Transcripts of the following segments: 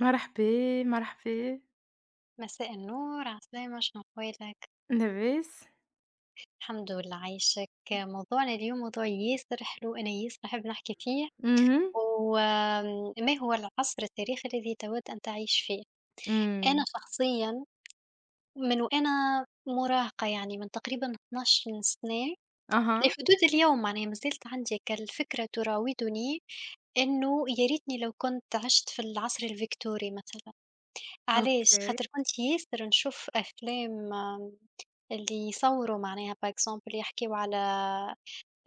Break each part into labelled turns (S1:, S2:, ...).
S1: مرحبا، مرحبا،
S2: مساء النور، عسلامة، شنو أحوالك؟
S1: لاباس؟
S2: الحمد لله. عايشك، موضوعنا اليوم موضوع ياسر حلو. أنا ياسر نحب نحكي فيه.
S1: اهم،
S2: وما هو العصر التاريخي الذي تود أن تعيش فيه؟ أنا
S1: إمم،
S2: شخصيا من وأنا مراهقة، من تقريبا 12 سنة
S1: أها،
S2: لحدود اليوم معناها ما زلت عندي كالفكرة تراودني، إنه يا ريتني لو كنت عشت في العصر الفيكتوري مثلا. علاش؟
S1: أوكي،
S2: خاطر كنت ياسر نشوف أفلام، اللي يصوروا، par exemple يحكيو على،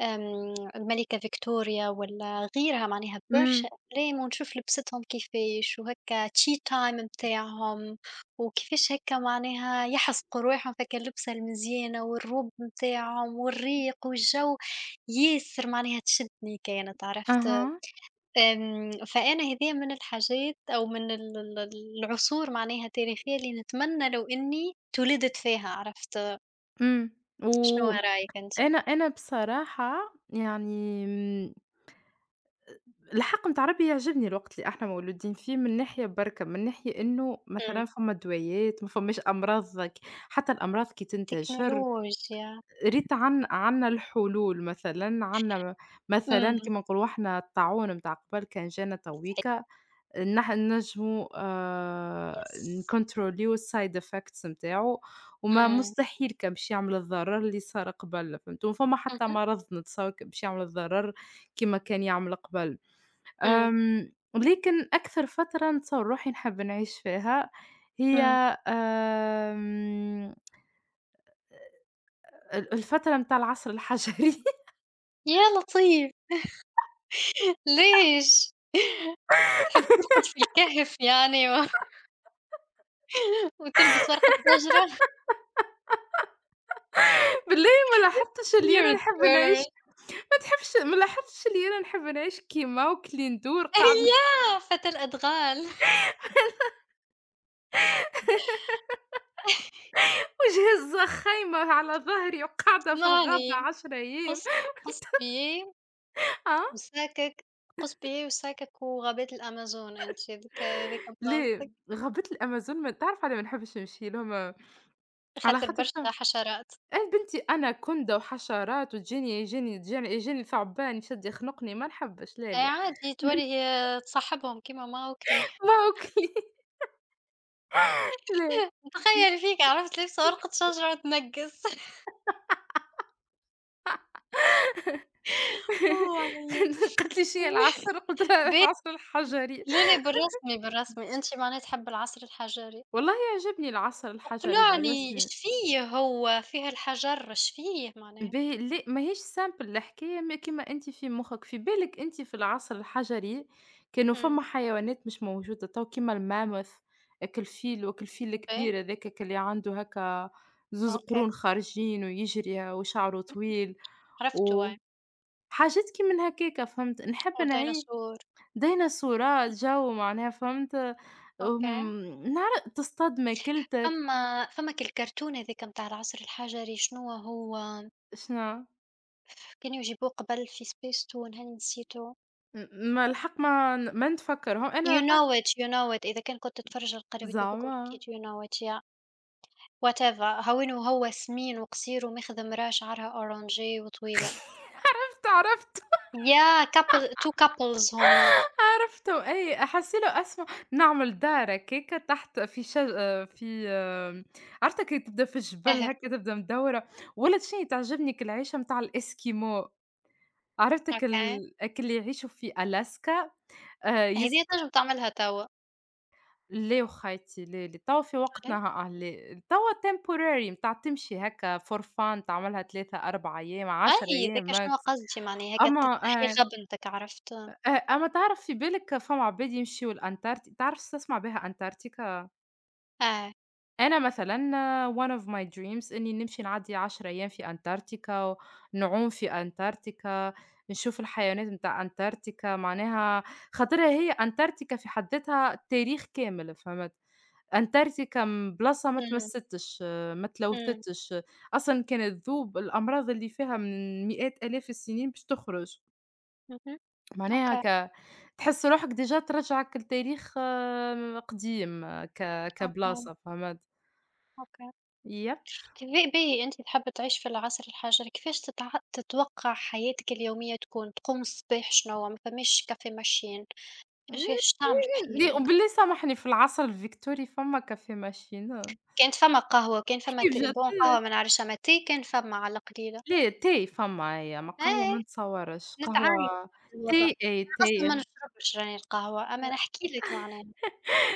S2: الملكة فيكتوريا والّا غيرها. معناها برشا
S1: إمم،
S2: أفلام، ونشوف لبستهم كيفاش، وهكا tea time متاعهم، وكيفاش هكا معناها يحزقوا رواحهم في هاكا اللبسة المزيانة والروب متاعهم والريق والجو. ياسر معناها تشدني، كانت عرفت؟
S1: أها،
S2: فأنا هذيّا من الحاجات، أو من ال العصور معناها التاريخية اللي نتمنى لو إني اتولدت فيها، عرفت.
S1: إمم،
S2: شنو
S1: وأنا
S2: رأيك أنتِ؟
S1: أنا بصراحة يعني الحق متاع ربي يعجبني الوقت اللي إحنا مولودين فيه من ناحية بركة، من ناحية إنه
S2: إمم،
S1: مثلًا فما دوايات، ما فماش أمراض. حتى الأمراض كي تنتشر
S2: تكنولوجيا،
S1: ريت عنا الحلول مثلًا، عنا
S2: إمم،
S1: مثلًا كيما نقولوا إحنا الطاعون متاع قبل كان جانا
S2: صحيح،
S1: تويكا إن إحنا ننجموا
S2: يس،
S1: نكنتروليو الside effects نتاعو، وما
S2: إمم،
S1: مستحيل كان باش يعمل الضرر اللي صار قبل، فهمتوا؟ ما فما حتى
S2: اهم،
S1: مرض نتصور كان باش يعمل الضرر كيما كان يعمل قبل.
S2: إمم،
S1: لكن أكثر فترة نتصور روحي نحب نعيش فيها هي
S2: إمم،
S1: آمم، ال الفترة متاع العصر الحجري.
S2: يا لطيف! ليش؟ تحب ترقد في الكهف يعني، و وتلبس ورقة شجرة؟
S1: بالله ما لاحظتش اللي أنا
S2: Weird
S1: نحب نعيش
S2: girl.
S1: ما تحبش ما لاحظتش اللي أنا نحب نعيش كيما وكلي ندور قاعدة
S2: أيوه، فتى الأدغال.
S1: وجهة الزخّايمة على ضهري وقاعدة في الغابة
S2: اسمعني،
S1: 10 أيام،
S2: قص قص بياه
S1: آه،
S2: وساكك، قوس-بيه وساكك، وغابات الأمازون أنتِ، ذيك بلاصتك.
S1: ليه، غابة الأمازون ما تعرف على ما نحبش نمشي لهم، على
S2: خاطر
S1: خاطر
S2: برشا
S1: فيهم
S2: حشرات.
S1: آه بنتي أنا كُندة وحشرات وتجيني يجيني ثعبان يشد يخنقني ما نحبش لا،
S2: أي
S1: لا،
S2: عادي، تولي تصاحبهم كيما ما وكلي نتخيل.
S1: موكلي لا،
S2: فيك عرفت، لابسة ورقة شجرة وتنقّص. هو عليَّ
S1: قالت لي: "شنيا العصْر؟" قُلت لها:
S2: باهي.
S1: "العصْر الحجري."
S2: لا، لا. بالرسمي، بالرسمي أنتِ معناها تحبي العصر الحجري.
S1: والله يعجبني العصْر الحجري
S2: اقنعني إيش
S1: بالرسمي.
S2: فيه، هو فيه الحجر إيش فيه معناها؟
S1: باهي لأ ماهيش simple الحكاية ما كيما أنتِ في مخّك، في بالك أنتِ في العصر الحجري كانوا
S2: إمم،
S1: فما حيوانات مش موجودة توا كيما الماموث، هاك الفيل
S2: باهي،
S1: الكبير هذاكك اللي عنده هاكا زوز
S2: أوكي،
S1: قرون خارجين ويجري وشعره طويل
S2: عرفته
S1: وحاجات
S2: أي،
S1: كي من هكاكا فهمت، نحب نعيش
S2: وديناصور،
S1: ديناصورات جو معناها فهمت،
S2: أوكي.
S1: نهار تصطاد ماكلتك.
S2: فما، فماك الكرتون هذاك متاع العصر الحجري شنوا هو،
S1: شنو
S2: كانوا يجيبوه قبل في سبيس تون، هاني نسيتو.
S1: م ما الحق ما ما نتفكرهم
S2: You
S1: أنا تعرف-
S2: know it, you know it. إذا كان كنت تتفرج على القنوات هذوكم أكيد
S1: زعما.
S2: you know it. Yeah, whatever. هاوين، وهو سمين وقصير وماخذ مرا شعرها أورانجي وطويلة.
S1: عرفت،
S2: يا couple, two couples هما.
S1: عرفته أي أحسّي له أسمى نعمل دايرة كيكة تحت في عرفتها كي تبدا في الجبل
S2: إيه،
S1: هكا تبدا مدوّرة، ولات شنو تعجبني العيشة متاع الإسكيمو، عرفت هاك
S2: أوكي.
S1: ال هاك اللي يعيشوا في ألاسكا. يست
S2: هذه تنجم تعملها توا.
S1: لا وخيتي لا، لا توا في
S2: علي،
S1: وقتنا ها، آه لا، توا temporary متاع تمشي هكا for fun تعملها 3، 4 أيام، 10
S2: أي ذاك
S1: أيام
S2: شنوا
S1: max.
S2: قصدي، معناها هكا
S1: أما
S2: تنحي
S1: آآ
S2: غبنتك، عرفت.
S1: أما تعرف في بالِك فما عباد يمشيو لأنتاركت تعرف تسمع بها أنتاركتيكا؟
S2: آه،
S1: أنا مثلًا آه، one of my dreams إني نمشي نعدّي 10 أيام في أنتاركتيكا، نعوم في أنتاركتيكا، نشوف الحيوانات متاع أنتاركتيكا، معناها خاطرها هي أنتاركتيكا في حد ذاتها تاريخ كامل فهمت؟ أنتاركتيكا بلاصة ما
S2: إمم،
S1: تمسّتش، آه، ما
S2: إمم،
S1: تلوثتش، آه، أصلًا كانت تذوب الأمراض اللي فيها من مئات آلاف السنين باش تخرج.
S2: اهم،
S1: معناها
S2: أوكي،
S1: ك تحس روحك ديجا ترجعك لتاريخ قديم آه،
S2: أوكي،
S1: كبلاصة فهمت؟
S2: أوكي.
S1: يب
S2: كيفاه باهي أنتِ تحبي تعيش في العصر الحجري؟ كيفاش تتوقع حياتك اليومية تكون؟ تقوم الصباح شنوا؟ ما فماش cafe machine. ايش تعمل في
S1: ل
S2: حياتك؟
S1: وبالله سامحني في العصر الفيكتوري فما كافيه ماشين؟
S2: كانت فما قهوة، كان فما
S1: كيف جات
S2: بون قهوة
S1: لك؟
S2: ما نعرفش، أما تي كان فما على القليلة.
S1: لا تاي فما هي، ما قهوة ما
S2: إيه،
S1: نتصورش،
S2: نتعايش
S1: قهوة
S2: مع الوضع.
S1: تاي أي
S2: أنا أصلًا ما
S1: تاي
S2: نشربش راني القهوة، أما نحكي لك معناها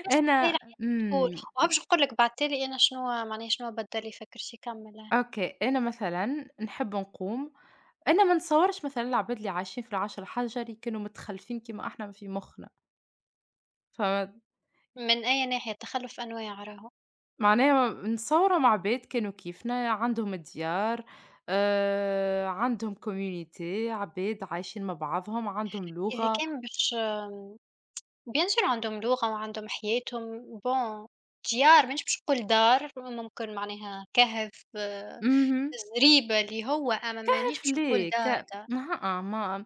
S2: كيفاش تتخيل
S1: أنا
S2: حياتك تكون،
S1: إمم،
S2: وباش نقول لك بعد تالي أنا شنوا معناها، شنوا بدل لي فكرتي، كمل.
S1: أوكي، أنا مثلًا نحب نقوم. أنا ما نتصورش مثلًا العباد اللي عايشين في العصر الحجري كانوا متخلفين كيما إحنا في مخنا، فهمت؟
S2: من أي ناحية، تخلُّف أنواع راهو.
S1: معناها متصورة مع عباد كانوا كيفنا عندهم ديار، عندهم community عباد عايشين مع بعضهم، عندهم
S2: إذا
S1: لغة،
S2: كان باش بيان سور عندهم لغة وعندهم حياتهم، بون ديار، مانيش باش نقول دار، ممكن معناها كهف، آآ،
S1: اهم.
S2: زريبة اللي هو، أما مانيش
S1: في
S2: باش نقول
S1: لا ك
S2: دار
S1: أها،
S2: دار.
S1: فليك ما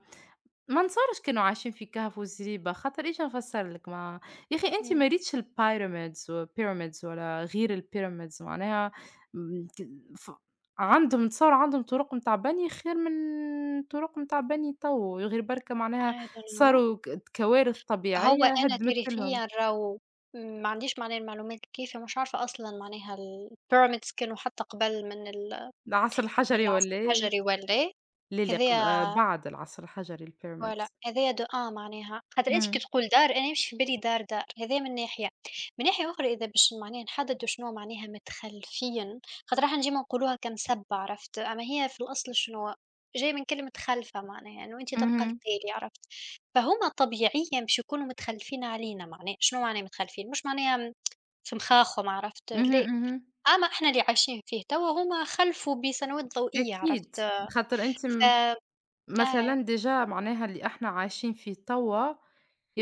S1: ما نتصورش كانوا عايشين في كهف وزريبة، خاطر إيش نفسّر لك ما يا أخي أنت
S2: إمم.
S1: ما ريتش الpyramids والpyramids ولا غير الpyramids معناها م ك ف عندهم نتصور عندهم طرق متاع بني خير من طرق متاع بني تو، غير بركا معناها
S2: I don't know.
S1: صاروا كوارث
S2: هو
S1: طبيعية
S2: أنا
S1: هدمت لهم،
S2: تاريخيًا راهو ما عنديش معناها المعلومات الكافية، مش عارفة أصلًا معناها الpyramids كانوا حتى قبل من
S1: العصر
S2: من
S1: الحجري
S2: العصر
S1: والّا إيه؟
S2: الحجري والّا إيه.
S1: لا، لا قب
S2: هذايا،
S1: بعد العصر الحجري
S2: فوالا
S1: الpyramids.
S2: هذايا دو أن معناها، خاطر أنت كي
S1: إمم.
S2: تقول دار أنا يمشي في بالي دار دار، هذايا من ناحية. من ناحية أخرى إذا باش معناها نحددو شنوا معناها متخلفيًا، خاطر راح ديما نقولوها كمسبة عرفت، أما هي في الأصل شنوا جاية، من كلمة خلفة معناها إنه أنت تبقى
S1: اهم.
S2: التالي، عرفت. فهما طبيعيًا باش يكونوا متخلفين علينا معناها. شنو معناها متخلفين؟ مش معناها م في مخاخهم عرفت،
S1: اهم،
S2: لا.
S1: اهم.
S2: أما إحنا اللي عايشين فيه توا هما خلفوا بسنوات ضوئية،
S1: أكيد،
S2: عرفت.
S1: خاطر أنت
S2: ف
S1: م
S2: آه،
S1: مثلًا ديجا معناها اللي إحنا عايشين فيه توا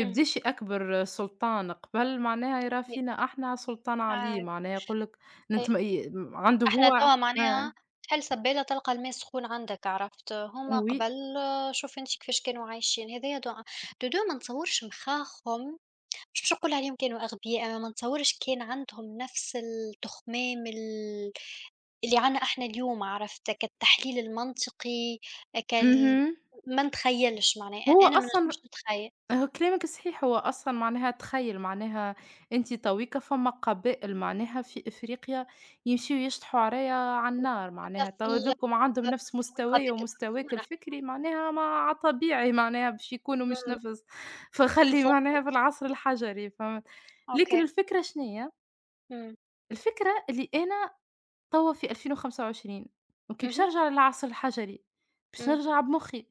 S2: إمم،
S1: أكبر سُلطان، قبل معناها يرى فينا إحنا سُلطان
S2: آه.
S1: عليه، معناها يقول لك نتم ي عنده
S2: إحنا
S1: هو
S2: توا
S1: آه،
S2: معناها تحل سبّالة تلقى الماء سخون عندك، عرفت. هُم قبل،
S1: oui،
S2: آه، شوف أنتِ كيفاش كانوا عايشين. هذايا دو ما نتصورش مخاخهم، مش باش نقول عليهم كانوا أغبياء، أنا ما نتصورش كان عندهم نفس التخمام ال اللي عنا إحنا اليوم، عرفت، كالتحليل المنطقي، كال
S1: اهم،
S2: ما نتخيّلش معناها،
S1: هو
S2: أنا ما نجمش
S1: أصلًا
S2: نتخيّل.
S1: هو كلامِك صحيح، هو أصلًا معناها تخيّل معناها أنتِ تويكا فما قبائل معناها في إفريقيا يمشيو يشطحوا عرايا على النار،
S2: حتى
S1: معناها
S2: في
S1: توا
S2: ال
S1: هاذوكم عندهم نفس
S2: معناها وين
S1: مستوايا
S2: غابات
S1: ومستواك
S2: الأمازون.
S1: الفكري معناها ما على طبيعي معناها باش يكونوا مش
S2: إمم،
S1: نفس فخلّي
S2: بالضبط،
S1: معناها في العصر الحجري فهمت، لكن
S2: أوكي،
S1: الفكرة شنيا،
S2: إمم،
S1: الفكرة اللي أنا توا في 2025 أوكي باش
S2: اهم،
S1: أرجع للعصر الحجري، باش
S2: إمم.
S1: نرجع بمخي،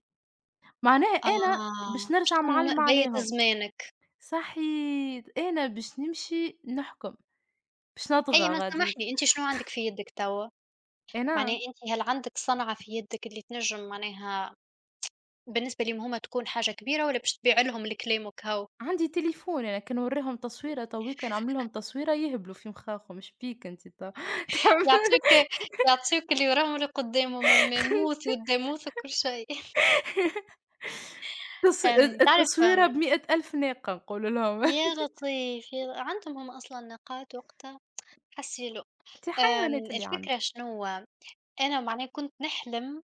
S1: معناها أنا
S2: آه،
S1: باش نرجع
S2: شلون
S1: معلمة
S2: بايت
S1: عليهم.
S2: زمانِك.
S1: صحيت، أنا باش نمشي نحكم، باش
S2: هي
S1: نطغى
S2: ما
S1: غاديك،
S2: سامحني، أنتِ شنو عندِك في يدِك توا؟ معناها
S1: أنا
S2: أنتِ هل عندِك صنعة في يدِك اللي تنجم معناها بالنسبة ليهم هُم تكون حاجة كبيرة، والّا باش تبيع لهم الكلام وكهو؟
S1: عندي تليفون أنا كان نوريهم تصويرة تويكا نعمل لهم تصويرة يهبلوا في مخاخهم، إيش بيك أنتِ ت تعمل
S2: يعطيوك، يعطيوك اللي وراهم واللي قدامهم، الماموث والداموث وكل شيء.
S1: التص
S2: آمم، تعرف آمم،
S1: التصويرة ب100,000 ناقة نقول لهم.
S2: يا لطيف، يا ل عندهم هُم أصلًا نقاط وقتها. حسّي له.
S1: أنتِ
S2: آمم،
S1: حيوانات اللي
S2: الفكرة
S1: عندك.
S2: شنو، أنا معناها كنت نحلم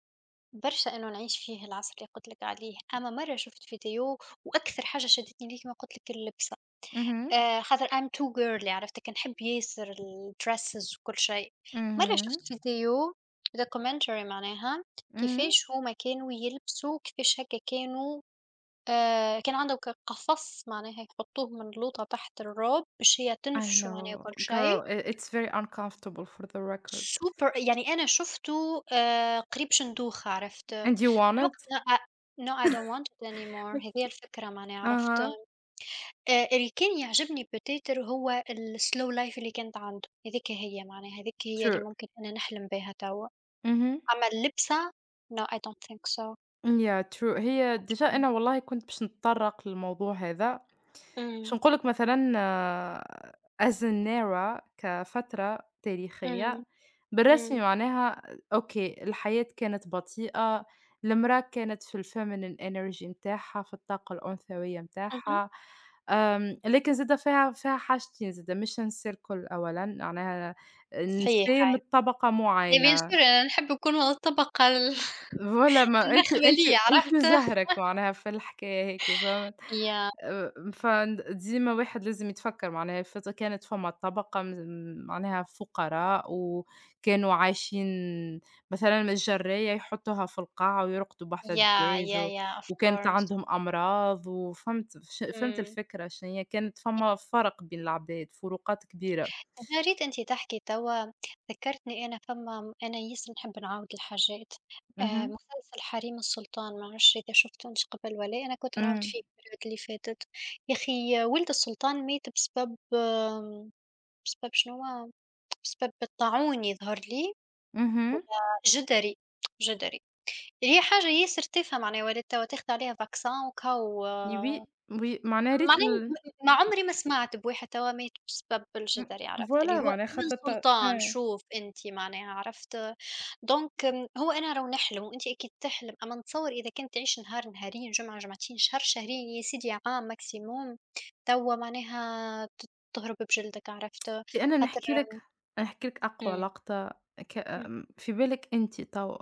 S2: برشا إنه نعيش فيه العصر اللي قُلت لك عليه. أما مرّة شُفت فيديو، وأكثر حاجة شدّتني ليه كيما قُلت لك اللبسة،
S1: اهم،
S2: خاطر I'm too girly، عرفت، كنحب ياسر الdresses وكل شيء. مرّة شُفت
S1: اهم،
S2: فيديو documentary معناها
S1: إمم.
S2: كيفاش هُم كانوا يلبسوا كيفاش هكا كانوا، كان عندهم ك قفص معناها يحطوه من لوطة تحت الروب باش هي
S1: I
S2: تنفشوا معناها
S1: know
S2: وكل شيء.
S1: girl i it's very uncomfortable for the record
S2: سوبر، يعني أنا شُفته قريب شندوخة، عرفت.
S1: and you want
S2: من
S1: it.
S2: وقتها no, I don't want it anymore. هذي هي الفكرة معناها، عرفت.
S1: أها.
S2: اللي كان يعجبني بتيتر هو الslow life اللي كانت عنده، هذيك هي معناها، هذيك هي اللي
S1: True.
S2: ممكن أنا نحلم بها توا.
S1: اهم.
S2: أما اللبسة no, I don't think so.
S1: Yeah true هي ديجا أنا والله كنت باش نتطرّق للموضوع هذا،
S2: إمم،
S1: باش نقول لك مثلًا آه، as an era كفترة تاريخية،
S2: إمم، إمم،
S1: بالرسمي معناها أوكي الحياة كانت بطيئة، المرأة كانت في الfeminine energy نتاعها في الطاقة الأنثوية
S2: اهم،
S1: نتاعها، لكن زادة فيها حاجتين زادة مش هنسير الكل أولًا معناها
S2: صحيح
S1: النساء من
S2: أي.
S1: طبقة
S2: إي bien sûr
S1: معينة.
S2: أنا نحب نكون من الطبقة ال
S1: Voilà ما أنتِ أنتِ
S2: المخملية،
S1: أنتِ
S2: عرفت؟
S1: وزهرك معناها في الحكاية هيك فهمت؟
S2: ياه،
S1: فن ديما واحد لازم يتفكّر معناها كانت فما طبقة معناها فقراء وكانوا عايشين مثلًا من الجَرّية يحطوها في القاع ويرقدوا بحذا الدجاج و
S2: ياه of
S1: وكانت
S2: course.
S1: عندهم أمراض وفهمت ش فهمت
S2: إمم.
S1: الفكرة شنيّا، كانت فما فرق بين العباد، فروقات كبيرة.
S2: جرّيت أنتِ تحكي توا، ذكّرتني أنا فما أنا ياسر نحب نعاود الحاجات،
S1: اهم.
S2: مسلسل حريم السلطان، ما نعرفش إذا شفتوا أنتِ قبل، والّا أنا كنت نعاود
S1: إمم.
S2: فيه المرات اللي فاتت. يا أخي ولد السلطان مات بسبب آمم، بسبب شنوا؟ بسبب الطاعون يظهر لي،
S1: اهم.
S2: والّا جدري، جدري اللي هي حاجة ياسر تافهة معناها ولات توا تاخد عليها فاكسان وكَو.
S1: Oui، oui معناها ريت
S2: معناه
S1: ال
S2: ما عمري ما سمعت بواحد توا مات بسبب
S1: إمم،
S2: الجدري، عرفت، اللي
S1: voilà
S2: هو
S1: معناها
S2: ابن
S1: خططت
S2: سلطان،
S1: آه.
S2: شوف أنت معناها، عرفت. دونك أم، هو أنا راهو نحلم وأنت أكيد تحلم، أما نتصور إذا كنت تعيش نهار نهارين، جمعة جمعتين، شهر شهرين، يا سيدي عام maximum توا معناها تهرب بجلدك، عرفت.
S1: أنتِ أنا
S2: خاطر
S1: نحكي لِك نحكي لِك أقوى
S2: إمم،
S1: لقطة ك
S2: إمم،
S1: آمم، في بالِك أنتِ توا،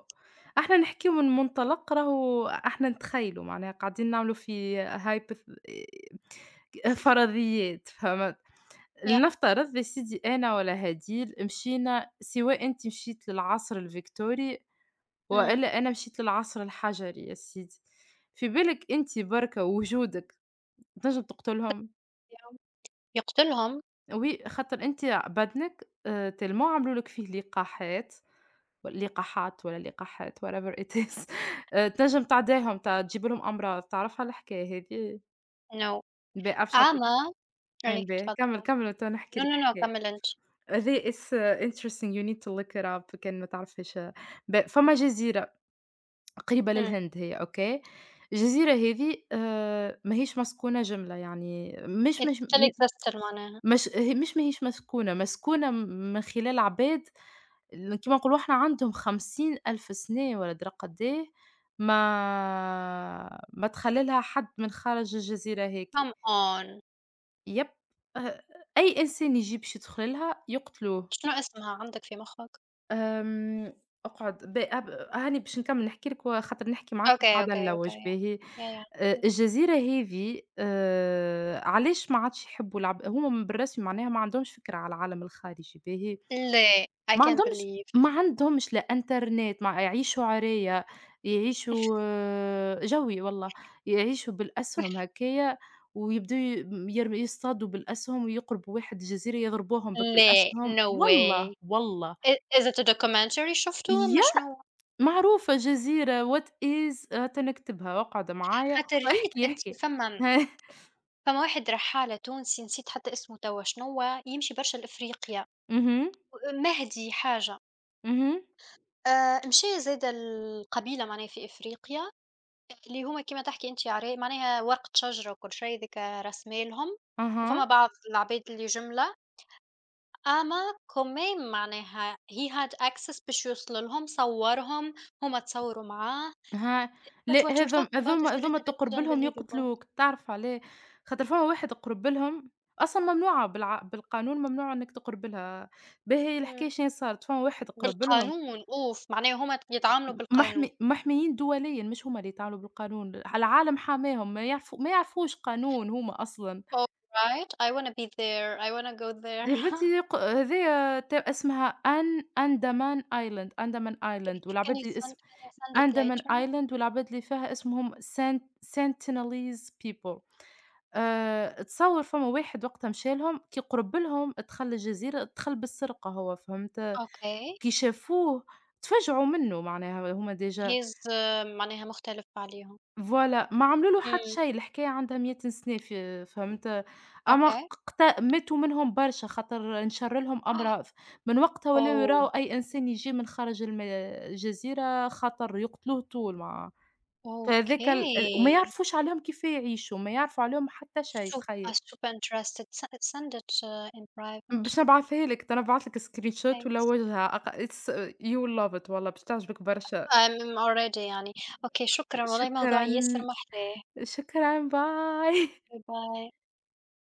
S1: إحنا نحكيو من منطلق راهو إحنا نتخيلوا معناها قاعدين نعملوا في hypoth فرضيات فهمت؟
S2: يا
S1: لنفترض يا سيدي أنا ولا هديل مشينا سواء أنتِ مشيتِ للعصر الفيكتوري
S2: إمم،
S1: وإلا أنا مشيت للعصر الحجري يا سيدي، في بالِك أنتِ بركا وجودِك تنجم تقتلهم؟
S2: يا يقتلهم.
S1: oui خاطر أنتِ بدنِك tellement عملوا لِك فيه لقاحات لقاحات والّا لقاحات whatever it is تنجم تعداهم تجيب لهم أمراض، تعرفها الحكاية هذي؟
S2: No.
S1: باهي عرفتش نعطيك
S2: أما عليك،
S1: باهي كمّل،
S2: تفضل.
S1: كمّل وتوا نحكي
S2: No,
S1: لك
S2: no, no,
S1: حكاية.
S2: كمل أنت.
S1: هذي it's interesting you need to look it up كان ما تعرفهاش فما جزيرة قريبة
S2: إمم.
S1: للهند هي أوكي، الجزيرة هذي ماهيش مسكونة جملة يعني مش
S2: It's
S1: مش
S2: still
S1: م
S2: existed معناها
S1: مش ه مش ماهيش مسكونة، مسكونة من خلال عباد كيما نقولوا إحنا عندهم 50,000 سنة والّا درا قد إيه، ما تخلّلها حد من خارج الجزيرة هاكي.
S2: come on.
S1: يب أ أي إنسان يجي باش يدخللها يقتلوه.
S2: شنو اسمها عندك في مخّك؟
S1: آمم، اقعد ب أب هاني باش نكمّل نحكي لك وخاطر نحكي معاك
S2: أوكي،
S1: وقاعدة
S2: أوكي،
S1: نلوّج
S2: أوكي.
S1: باهي.
S2: Yeah, yeah. إمم.
S1: الجزيرة هذه علاش ما عادش يحبّوا العب هُم من بالرسمي معناها ما عندهمش فكرة على العالم الخارجي باهي.
S2: لا، I
S1: ما
S2: can't
S1: عندهمش
S2: believe.
S1: ما عندهمش لا إنترنت ما يعيشوا عارية، يعيشوا آه، جوي والله، يعيشوا بالأسهم هكايا ويبداو ي يرم يصطادوا بالأسهم ويقربوا واحد جزيرة يضربوهم بك
S2: لا،
S1: الأسهم،
S2: no way.
S1: والله، والله،
S2: I, is it a documentary شُفته
S1: ي
S2: والّا شنو هو؟
S1: معروفة جزيرة what is تو نكتبها اقعد معايا
S2: خاطر ريت
S1: واحكِ،
S2: أنتِ
S1: احكِ.
S2: فما، فما واحد رحّالة تونسي، نسيت حتى اسمه توا شنو هو، يمشي برشا لإفريقيا،
S1: اهم،
S2: مهدي حاجة.
S1: اهم،
S2: مشى زاد القبيلة معناها في إفريقيا اللي هُم كيما تحكي أنتِ عرا معناها ورقة شجرة وكل شي، ذيك رسمة لهم، وفما
S1: أها.
S2: بعض العباد اللي جملة، أما كمان معناها he had access باش يوصل لهم، صوّرهم، هُم تصوّروا معاه.
S1: ها
S2: But
S1: لأ
S2: what you're
S1: هاذم
S2: talking about is
S1: هاذوما
S2: a
S1: هاذوما
S2: little bit
S1: تقرب لهم
S2: unbelievable.
S1: يقتلوك، تعرف علاه؟ خاطر فما واحد قرب لهم أصلًا ممنوعة بالقانون ممنوع إنك تقرب لها، باهي
S2: إمم.
S1: الحكاية شنيا صارت فما واحد قرب لهم
S2: بالقانون أوف! معناها هُم يتعاملوا بالقانون.
S1: محميين دوليًا مش هُما اللي يتعاملوا بالقانون، العالم حاماهم ما يعرفوش قانون هُما أصلًا،
S2: Alright, I wanna be there, I wanna go there.
S1: يا بنتي هاذيا اسمها أندمان Island أندمان
S2: Ca
S1: Island
S2: can
S1: والعباد
S2: you
S1: اللي
S2: send,
S1: اسم
S2: can you send it
S1: أندمان
S2: later?
S1: Island والعباد اللي فيها اسمهم Sentinelese people. تصوّر فما واحد وقتها مشى لهم، كي قُرب لهم تخلّى الجزيرة تخَل بالسرقة هو فهمت،
S2: Okay.
S1: كي شافوه تفاجعوا منّه معناها هُم ديجا
S2: He's معناها مختلف عليهم.
S1: فوالا ما عملوا له حتى
S2: إمم.
S1: شي، الحكاية عندها 100 سنة فهمت، أما ق
S2: Okay.
S1: قت ماتوا منهم برشا خاطر انشَر لهم أمراض، من وقتها ولاو يراو
S2: Oh,
S1: أي إنسان يجي من خارج الجزيرة خطر، يقتلوه طول مع فهذاك ال ال وما
S2: okay.
S1: يعرفوش عليهم كيفاه يعيشوا، ما يعرفوا عليهم حتى شي
S2: Sup,
S1: تخيّل.
S2: I'm super interested. Send it in private.
S1: باش نبعثها لك، ده أنا باعت لك screenshot
S2: Thanks.
S1: ولو وجهها أق it's you'll love it والله باش تعجبك برشا.
S2: I'm already يعني. أوكي شكرًا، والله موضوع
S1: شكرًا،
S2: ياسر محلاه.
S1: شكرًا، باي.
S2: باي باي.